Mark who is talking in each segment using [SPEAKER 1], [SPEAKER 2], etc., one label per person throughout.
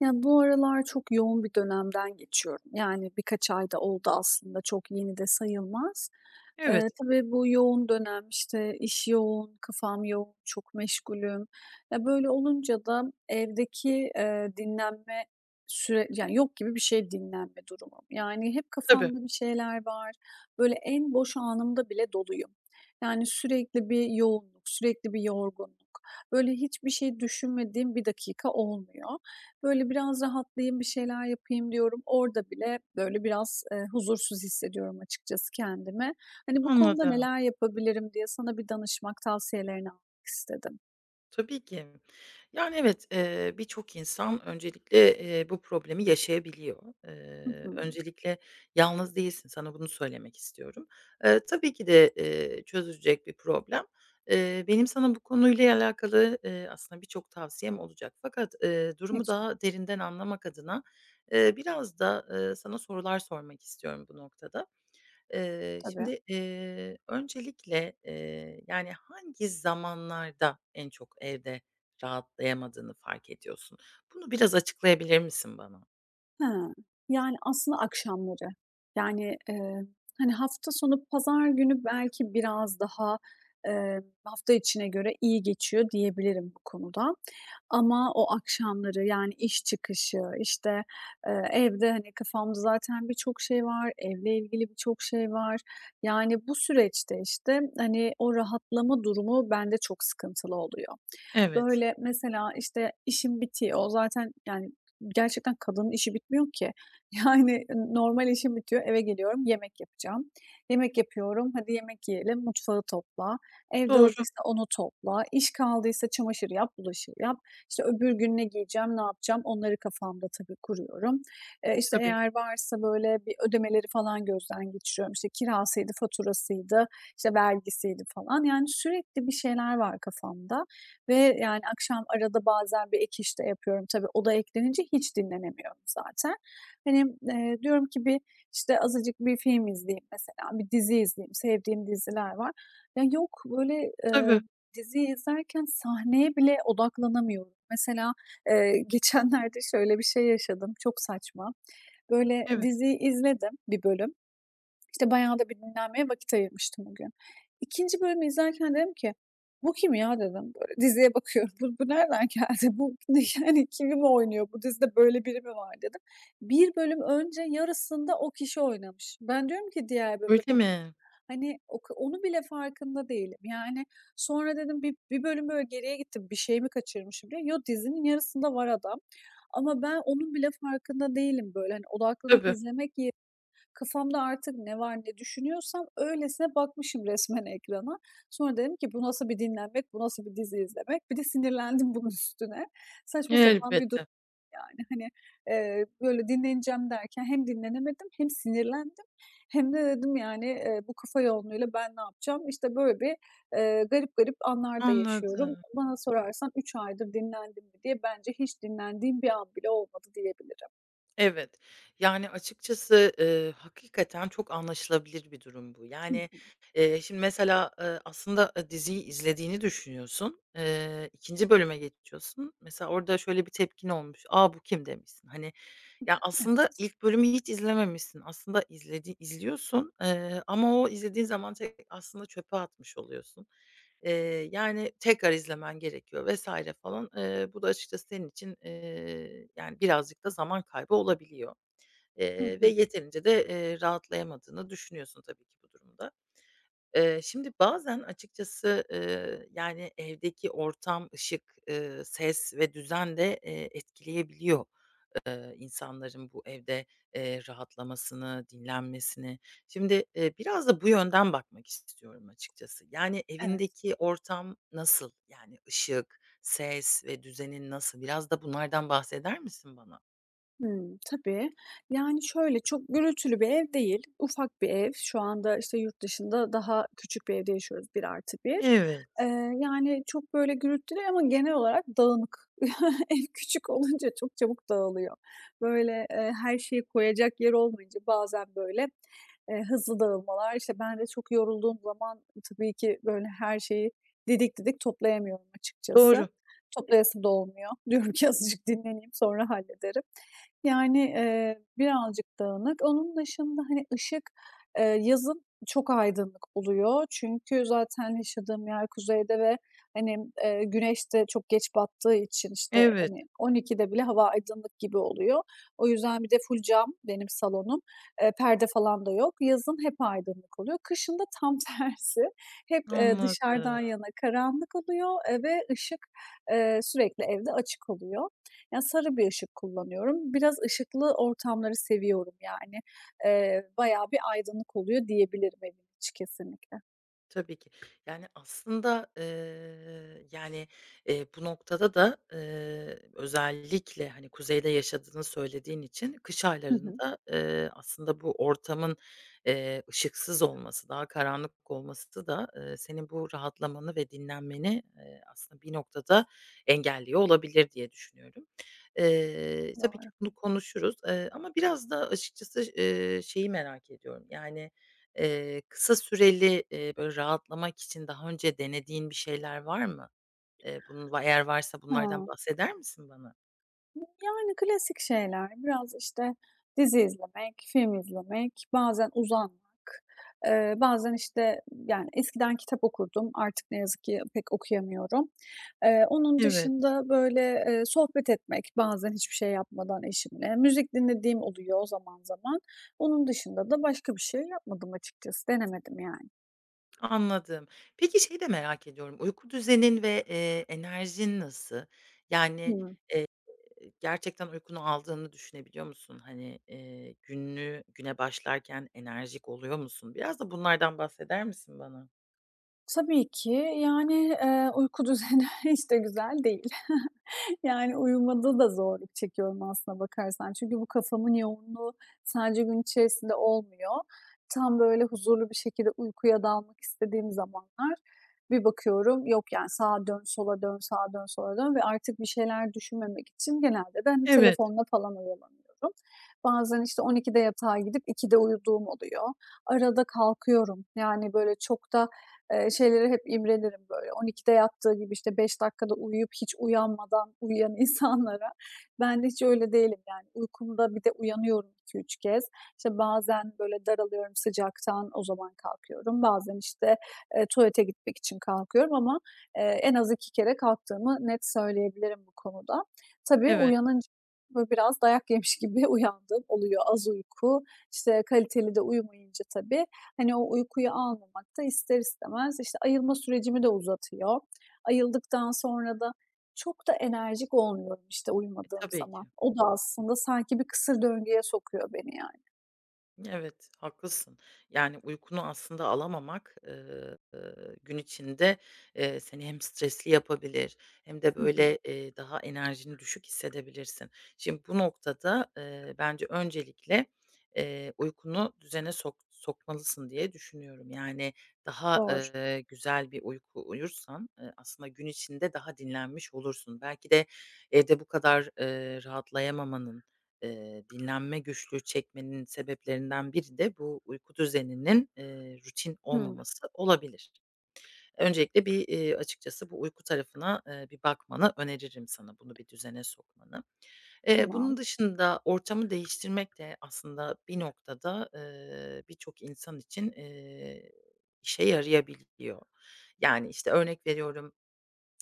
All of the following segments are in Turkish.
[SPEAKER 1] Yani bu aralar çok yoğun bir dönemden geçiyorum. Yani, birkaç ayda oldu aslında, çok yeni de sayılmaz.
[SPEAKER 2] Evet,
[SPEAKER 1] Tabii bu yoğun dönem, işte, iş yoğun, kafam yoğun, çok meşgulüm. Ya, böyle olunca da evdeki, dinlenme süre yani, yok gibi bir şey dinlenme durumum. Yani, hep
[SPEAKER 2] tabii.
[SPEAKER 1] kafamda bir şeyler var. Böyle en boş anımda bile doluyum. Yani, sürekli bir yoğunluk, sürekli bir yorgunluk. Böyle hiçbir şey düşünmediğim bir dakika olmuyor. Böyle biraz rahatlayayım, bir şeyler yapayım diyorum. Orada bile böyle biraz, huzursuz hissediyorum açıkçası kendimi. Hani, bu konuda
[SPEAKER 2] Anladım.
[SPEAKER 1] neler yapabilirim diye sana bir danışmak, tavsiyelerini almak istedim.
[SPEAKER 2] Tabii ki. Evet, birçok insan öncelikle, bu problemi yaşayabiliyor.
[SPEAKER 1] Hı hı.
[SPEAKER 2] Öncelikle yalnız değilsin, sana bunu söylemek istiyorum. Tabii ki de, çözülecek bir problem. Benim sana bu konuyla alakalı, aslında birçok tavsiyem olacak fakat,
[SPEAKER 1] Ne
[SPEAKER 2] durumu
[SPEAKER 1] güzel,
[SPEAKER 2] daha derinden anlamak adına, biraz da, sana sorular sormak istiyorum bu noktada. Eee,
[SPEAKER 1] tabii.
[SPEAKER 2] şimdi, eee, öncelikle, hangi zamanlarda en çok evde rahatlayamadığını fark ediyorsun? Bunu biraz açıklayabilir misin bana?
[SPEAKER 1] Ha, yani, aslında akşamları. Yani, hani, hafta sonu pazar günü belki biraz daha, hafta içine göre iyi geçiyor diyebilirim bu konuda. Ama o akşamları, yani, iş çıkışı, işte, evde, hani, kafamda zaten birçok şey var, evle ilgili birçok şey var. Yani, bu süreçte, işte, hani, o rahatlama durumu bende çok sıkıntılı oluyor.
[SPEAKER 2] Evet,
[SPEAKER 1] Böyle, mesela, işte, işim bitiyor. Zaten, yani, gerçekten kadının işi bitmiyor ki. Yani, normal işim bitiyor, eve geliyorum, yemek yapacağım. Yemek yapıyorum, hadi yemek yiyelim, mutfağı topla. Ev
[SPEAKER 2] doğru.
[SPEAKER 1] dağıldıysa onu topla. İş kaldıysa çamaşır yap, bulaşığı yap. İşte, öbür gün ne giyeceğim, ne yapacağım onları kafamda tabii kuruyorum. İşte,
[SPEAKER 2] Tabii,
[SPEAKER 1] eğer varsa, böyle, bir ödemeleri falan gözden geçiriyorum. İşte, kirasıydı, faturasıydı, işte, vergisiydi falan. Yani, sürekli bir şeyler var kafamda. Ve, yani, akşam arada bazen bir ek iş de yapıyorum tabii. O da eklenince hiç dinlenemiyorum zaten. Hani, diyorum ki bir, işte, azıcık bir film izleyeyim mesela, bir dizi izleyeyim, sevdiğim diziler var. Ya, yok, böyle, eee,
[SPEAKER 2] tabii.
[SPEAKER 1] diziyi izlerken sahneye bile odaklanamıyorum. Mesela, geçenlerde şöyle bir şey yaşadım, çok saçma. Böyle,
[SPEAKER 2] Evet.
[SPEAKER 1] diziyi izledim, bir bölüm. İşte, bayağı da bir dinlenmeye vakit ayırmıştım o gün. 2. bölümü izlerken dedim ki, "Bu kim ya?" dedim. Böyle diziye bakıyorum. "Bu nereden geldi? Bu ne yani kimi mi oynuyor? Bu dizide böyle biri mi var?" dedim. Bir bölüm önce yarısında o kişi oynamış. Ben diyorum ki diğer bölümde,
[SPEAKER 2] Öyle
[SPEAKER 1] "Bu kim?"
[SPEAKER 2] mi?
[SPEAKER 1] Hani, o ka onu bile farkında değilim. Yani, sonra dedim bir bölüm böyle geriye gittim, bir şey mi kaçırmışım diye. Yo, dizinin yarısında var adam ama ben onun bile farkında değilim böyle. Hani, odaklanıp
[SPEAKER 2] Tabii,
[SPEAKER 1] izlemek ye Kafamda artık ne var, ne düşünüyorsam öylesine bakmışım resmen ekrana. Sonra dedim ki, "Bu nasıl bir dinlenmek, bu nasıl bir dizi izlemek?" Bir de sinirlendim bunun üstüne. Saçma sapan bir
[SPEAKER 2] elbette.
[SPEAKER 1] durum yani. Hani, böyle dinleneceğim derken hem dinlenemedim hem sinirlendim hem de dedim yani, "Bu kafa yoğunluğuyla ben ne yapacağım?" İşte böyle bir, garip garip anlar da yaşıyorum.
[SPEAKER 2] Anladım.
[SPEAKER 1] Bana sorarsan 3 aydır dinlendim mi diye bence hiç dinlendiğim bir an bile olmadı diyebilirim.
[SPEAKER 2] Evet. Açıkçası, hakikaten çok anlaşılabilir bir durum bu.
[SPEAKER 1] Hı hı.
[SPEAKER 2] Şimdi mesela, diziyi izlediğini düşünüyorsun. 2. bölüme geçiyorsun. Mesela orada şöyle bir tepkin olmuş. "A, bu kim?" demişsin. Aslında
[SPEAKER 1] Evet.
[SPEAKER 2] ilk bölümü hiç izlememişsin. Aslında izliyorsun, ama o izlediğin zaman tek aslında çöpe atmış oluyorsun. Tekrar izlemen gerekiyor vesaire falan. Bu da açıkçası senin için, birazcık da zaman kaybı olabiliyor.
[SPEAKER 1] Hı
[SPEAKER 2] Ve
[SPEAKER 1] hı.
[SPEAKER 2] yeterince de, rahatlayamadığını düşünüyorsun tabii ki bu durumda. Şimdi bazen açıkçası, evdeki ortam, ışık, ses ve düzen de, etkileyebiliyor, insanların bu evde, rahatlamasını, dinlenmesini. Şimdi, biraz da bu yönden bakmak istiyorum açıkçası. Yani,
[SPEAKER 1] Evet.
[SPEAKER 2] evindeki ortam nasıl? Yani, ışık, ses ve düzenin nasıl? Biraz da bunlardan bahseder misin bana?
[SPEAKER 1] Hımm, tabii. Yani, şöyle, çok gürültülü bir ev değil, ufak bir ev. Şu anda, işte, yurt dışında daha küçük bir evde yaşıyoruz, 1+1. Eee,
[SPEAKER 2] Evet,
[SPEAKER 1] yani, çok böyle gürültülü ama genel olarak dağınık. Ev küçük olunca çok çabuk dağılıyor. Böyle, her şeyi koyacak yer olmayınca bazen, böyle, hızlı dağılmalar. İşte, ben de çok yorulduğum zaman tabii ki, böyle, her şeyi didik didik toplayamıyorum
[SPEAKER 2] doğru.
[SPEAKER 1] açıkçası. Toplayasım da olmuyor. Diyorum ki azıcık dinleneyim, sonra hallederim. Yani, birazcık dağınık. Onun dışında, hani, ışık, yazın çok aydınlık oluyor. Çünkü zaten yaşadığım yer kuzeyde ve, hani, güneş de çok geç battığı için, işte,
[SPEAKER 2] Evet.
[SPEAKER 1] hani, 00:00'de bile hava aydınlık gibi oluyor. O yüzden bir de full cam benim salonum. Perde falan da yok. Yazın hep aydınlık oluyor. Kışın da tam tersi. Hep, dışarıdan yana
[SPEAKER 2] Anladım.
[SPEAKER 1] karanlık oluyor, ve ışık, sürekli evde açık oluyor. Ya, sarı bir ışık kullanıyorum. Biraz ışıklı ortamları seviyorum yani. Bayağı bir aydınlık oluyor diyebilirim evin içi kesinlikle.
[SPEAKER 2] Tabii ki. Yani, aslında, eee, yani, bu noktada da, özellikle, hani, kuzeyde yaşadığını söylediğin için kış
[SPEAKER 1] Hı hı,
[SPEAKER 2] aylarında, aslında bu ortamın, ışıksız olması, daha karanlık olması da, senin bu rahatlamanı ve dinlenmeni, aslında bir noktada engelliyor olabilir diye düşünüyorum. Tabii ki
[SPEAKER 1] doğru.
[SPEAKER 2] bunu konuşuruz, ama biraz da açıkçası, şeyi merak ediyorum, yani, kısa süreli, böyle, rahatlamak için daha önce denediğin bir şeyler var mı? Bunun eğer varsa bunlardan
[SPEAKER 1] Hıı.
[SPEAKER 2] bahseder misin bana?
[SPEAKER 1] Yani klasik şeyler. Biraz, işte, dizi izlemek, film izlemek, bazen uzanmak, bazen, işte, yani, eskiden kitap okurdum, artık ne yazık ki pek okuyamıyorum. Onun
[SPEAKER 2] Evet.
[SPEAKER 1] dışında, böyle, sohbet etmek bazen hiçbir şey yapmadan eşimle. Müzik dinlediğim oluyor zaman zaman. Onun dışında da başka bir şey yapmadım açıkçası, denemedim yani.
[SPEAKER 2] Anladım. Peki şeyi de merak ediyorum, uyku düzenin ve, enerjin nasıl? Yani,
[SPEAKER 1] Hıı.
[SPEAKER 2] eee, gerçekten uykunu aldığını düşünebiliyor musun? Hani, gününü güne başlarken enerjik oluyor musun? Biraz da bunlardan bahseder misin bana?
[SPEAKER 1] Tabii ki. Yani, uyku düzeni hiç de güzel değil. Yani, uyumada da zorluk çekiyorum aslına bakarsan. Çünkü bu kafamın yoğunluğu sadece gün içerisinde olmuyor. Tam böyle huzurlu bir şekilde uykuya dalmak istediğim zamanlar bir bakıyorum, yok yani sağa dön, sola dön, sağa dön, sola dön ve artık bir şeyler düşünmemek için genelde de, hani,
[SPEAKER 2] Evet,
[SPEAKER 1] telefonla falan oyalanıyorum. Bazen, işte, 00:00'de yatağa gidip 02:00'de uyuduğum oluyor. Arada kalkıyorum. Yani, böyle çok da. Şeylere hep imrenirim böyle. 12'de yattığı gibi, işte, 5 dakikada uyuyup hiç uyanmadan uyuyan insanlara. Ben de hiç öyle değilim yani. Uykumda bir de uyanıyorum iki üç kez. İşte, bazen böyle daralıyorum sıcaktan, o zaman kalkıyorum. Bazen, işte, tuvalete gitmek için kalkıyorum ama, en az 2 kere kalktığımı net söyleyebilirim bu konuda. Tabii
[SPEAKER 2] evet.
[SPEAKER 1] uyanınca böyle biraz dayak yemiş gibi uyandığım oluyor. Az uyku, işte, kaliteli de uyumayınca tabii, hani, o uykuyu almamak da ister istemez, işte, ayılma sürecimi de uzatıyor. Ayıldıktan sonra da çok da enerjik olmuyorum, işte,
[SPEAKER 2] E,
[SPEAKER 1] uyumadığım
[SPEAKER 2] tabii
[SPEAKER 1] zaman.
[SPEAKER 2] ki.
[SPEAKER 1] O da aslında sanki bir kısır döngüye sokuyor beni yani.
[SPEAKER 2] Evet, haklısın. Yani, uykunu aslında alamamak, gün içinde, seni hem stresli yapabilir hem de,
[SPEAKER 1] Hı hı.
[SPEAKER 2] böyle, daha enerjini düşük hissedebilirsin. Şimdi bu noktada, bence öncelikle, uykunu düzene sokmalısın diye düşünüyorum. Yani, daha,
[SPEAKER 1] Doğru.
[SPEAKER 2] güzel bir uyku uyursan, aslında gün içinde daha dinlenmiş olursun. Belki de evde bu kadar, rahatlayamamanın, dinlenme güçlüğü çekmenin sebeplerinden biri de bu uyku düzeninin, rutin
[SPEAKER 1] Hıı.
[SPEAKER 2] olmaması olabilir. Öncelikle bir, açıkçası bu uyku tarafına, bir bakmanı öneririm sana, bunu bir düzene sokmanı. Bunun
[SPEAKER 1] Tamam.
[SPEAKER 2] dışında ortamı değiştirmek de aslında bir noktada, birçok insan için, işe yarayabiliyor. Yani, işte, örnek veriyorum,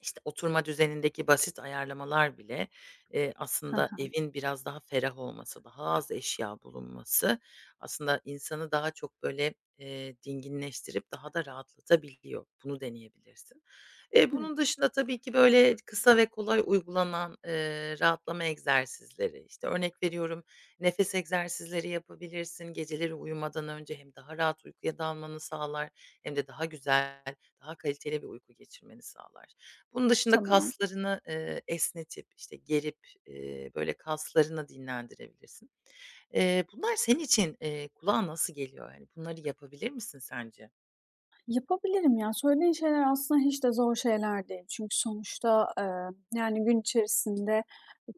[SPEAKER 2] işte, oturma düzenindeki basit ayarlamalar bile,
[SPEAKER 1] Hı
[SPEAKER 2] aslında
[SPEAKER 1] hı.
[SPEAKER 2] evin biraz daha ferah olması, daha az eşya bulunması aslında insanı daha çok, böyle, dinginleştirip daha da rahatlatabiliyor. Bunu deneyebilirsin.
[SPEAKER 1] Hıı.
[SPEAKER 2] Bunun dışında tabii ki, böyle, kısa ve kolay uygulanan, rahatlama egzersizleri, işte, örnek veriyorum, nefes egzersizleri yapabilirsin. Geceleri uyumadan önce hem daha rahat uykuya dalmanı sağlar hem de daha güzel, daha kaliteli bir uyku geçirmeni sağlar. Bunun dışında
[SPEAKER 1] Tamam.
[SPEAKER 2] kaslarını, esnetip, işte, gerip, böyle kaslarını dinlendirebilirsin. Bunlar senin için, kulağa nasıl geliyor? Yani, bunları yapabilir misin sence?
[SPEAKER 1] Yapabilirim ya. Söylediğin şeyler aslında hiç de zor şeyler değil. Çünkü sonuçta, yani, gün içerisinde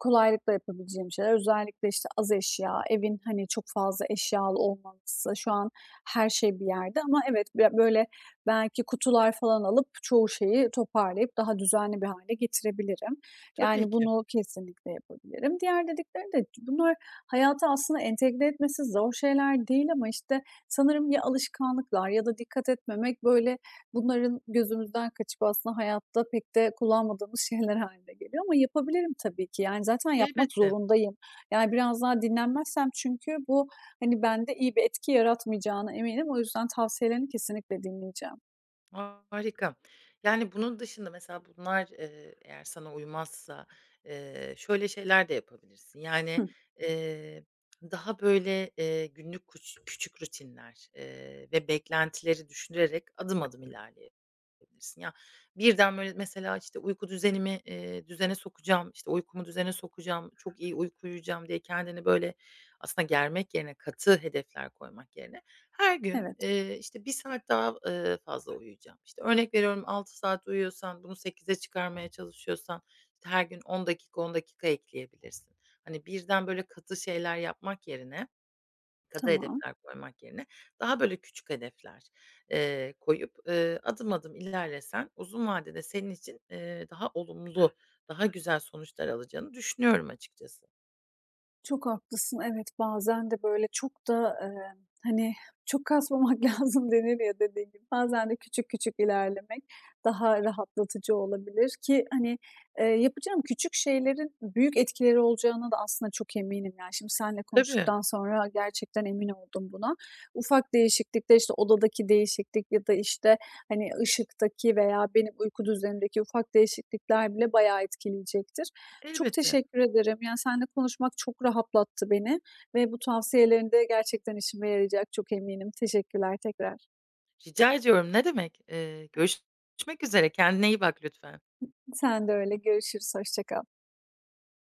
[SPEAKER 1] kolaylıkla yapabileceğim şeyler. Özellikle, işte, az eşya, evin, hani, çok fazla eşyalı olmaması, şu an her şey bir yerde ama evet, böyle, belki kutular falan alıp çoğu şeyi toparlayıp daha düzenli bir hale getirebilirim.
[SPEAKER 2] Tabii
[SPEAKER 1] Yani,
[SPEAKER 2] ki.
[SPEAKER 1] bunu kesinlikle yapabilirim. Diğer dediklerin de bunlar hayata aslında entegre etmesi zor şeyler değil ama, işte, sanırım ya alışkanlıklar ya da dikkat etmemek, böyle, bunların gözümüzden kaçıp aslında hayatta pek de kullanmadığımız şeyler hâline geliyor ama yapabilirim tabii ki. Yani, zaten yapmak
[SPEAKER 2] Elbette.
[SPEAKER 1] zorundayım. Yani, biraz daha dinlenmezsem çünkü bu, hani, bende iyi bir etki yaratmayacağına eminim. O yüzden tavsiyelerini kesinlikle dinleyeceğim.
[SPEAKER 2] Harika. Yani, bunun dışında mesela bunlar, eğer sana uymazsa, şöyle şeyler de yapabilirsin. Yani,
[SPEAKER 1] Hı,
[SPEAKER 2] eee, daha böyle, günlük küçük rutinler, ve beklentileri düşünerek adım adım ilerleyebilirsin. Ya, birden böyle mesela, işte, uyku düzenimi, düzene sokacağım, işte, uykumu düzene sokacağım, çok iyi uyku uyuyacağım diye kendini böyle aslında germek yerine katı hedefler koymak yerine her gün,
[SPEAKER 1] evet,
[SPEAKER 2] işte, bir saat daha, fazla uyuyacağım. İşte, örnek veriyorum 6 saat uyuyorsan bunu 8'e çıkarmaya çalışıyorsan, işte, her gün 10 dakika, 10 dakika ekleyebilirsin. Hani, birden böyle katı şeyler yapmak yerine, katı
[SPEAKER 1] tamam.
[SPEAKER 2] hedefler koymak yerine daha böyle küçük hedefler, koyup, adım adım ilerlesen uzun vadede senin için, daha olumlu, daha güzel sonuçlar alacağını düşünüyorum açıkçası.
[SPEAKER 1] Çok haklısın. Evet, bazen de böyle çok da, hani, çok kasmamak lazım denir ya dediğin gibi. Bazen de küçük küçük ilerlemek daha rahatlatıcı olabilir ki, hani, yapacağım küçük şeylerin büyük etkileri olacağına da aslında çok eminim. Yani, şimdi seninle
[SPEAKER 2] Tabii,
[SPEAKER 1] konuştuktan sonra gerçekten emin oldum buna. Ufak değişiklikler, işte, odadaki değişiklik ya da, işte, hani, ışıktaki veya benim uyku düzenimdeki ufak değişiklikler bile bayağı etkileyecektir. Çok
[SPEAKER 2] elbette.
[SPEAKER 1] teşekkür ederim. Yani, seninle konuşmak çok rahatlattı beni ve bu tavsiyelerin de gerçekten işime yarayacak, çok eminim. Teşekkürler tekrar.
[SPEAKER 2] Rica ediyorum, ne demek. Görüşmek üzere, kendine iyi bak lütfen.
[SPEAKER 1] Sen de öyle. Görüşürüz, hoşça kal.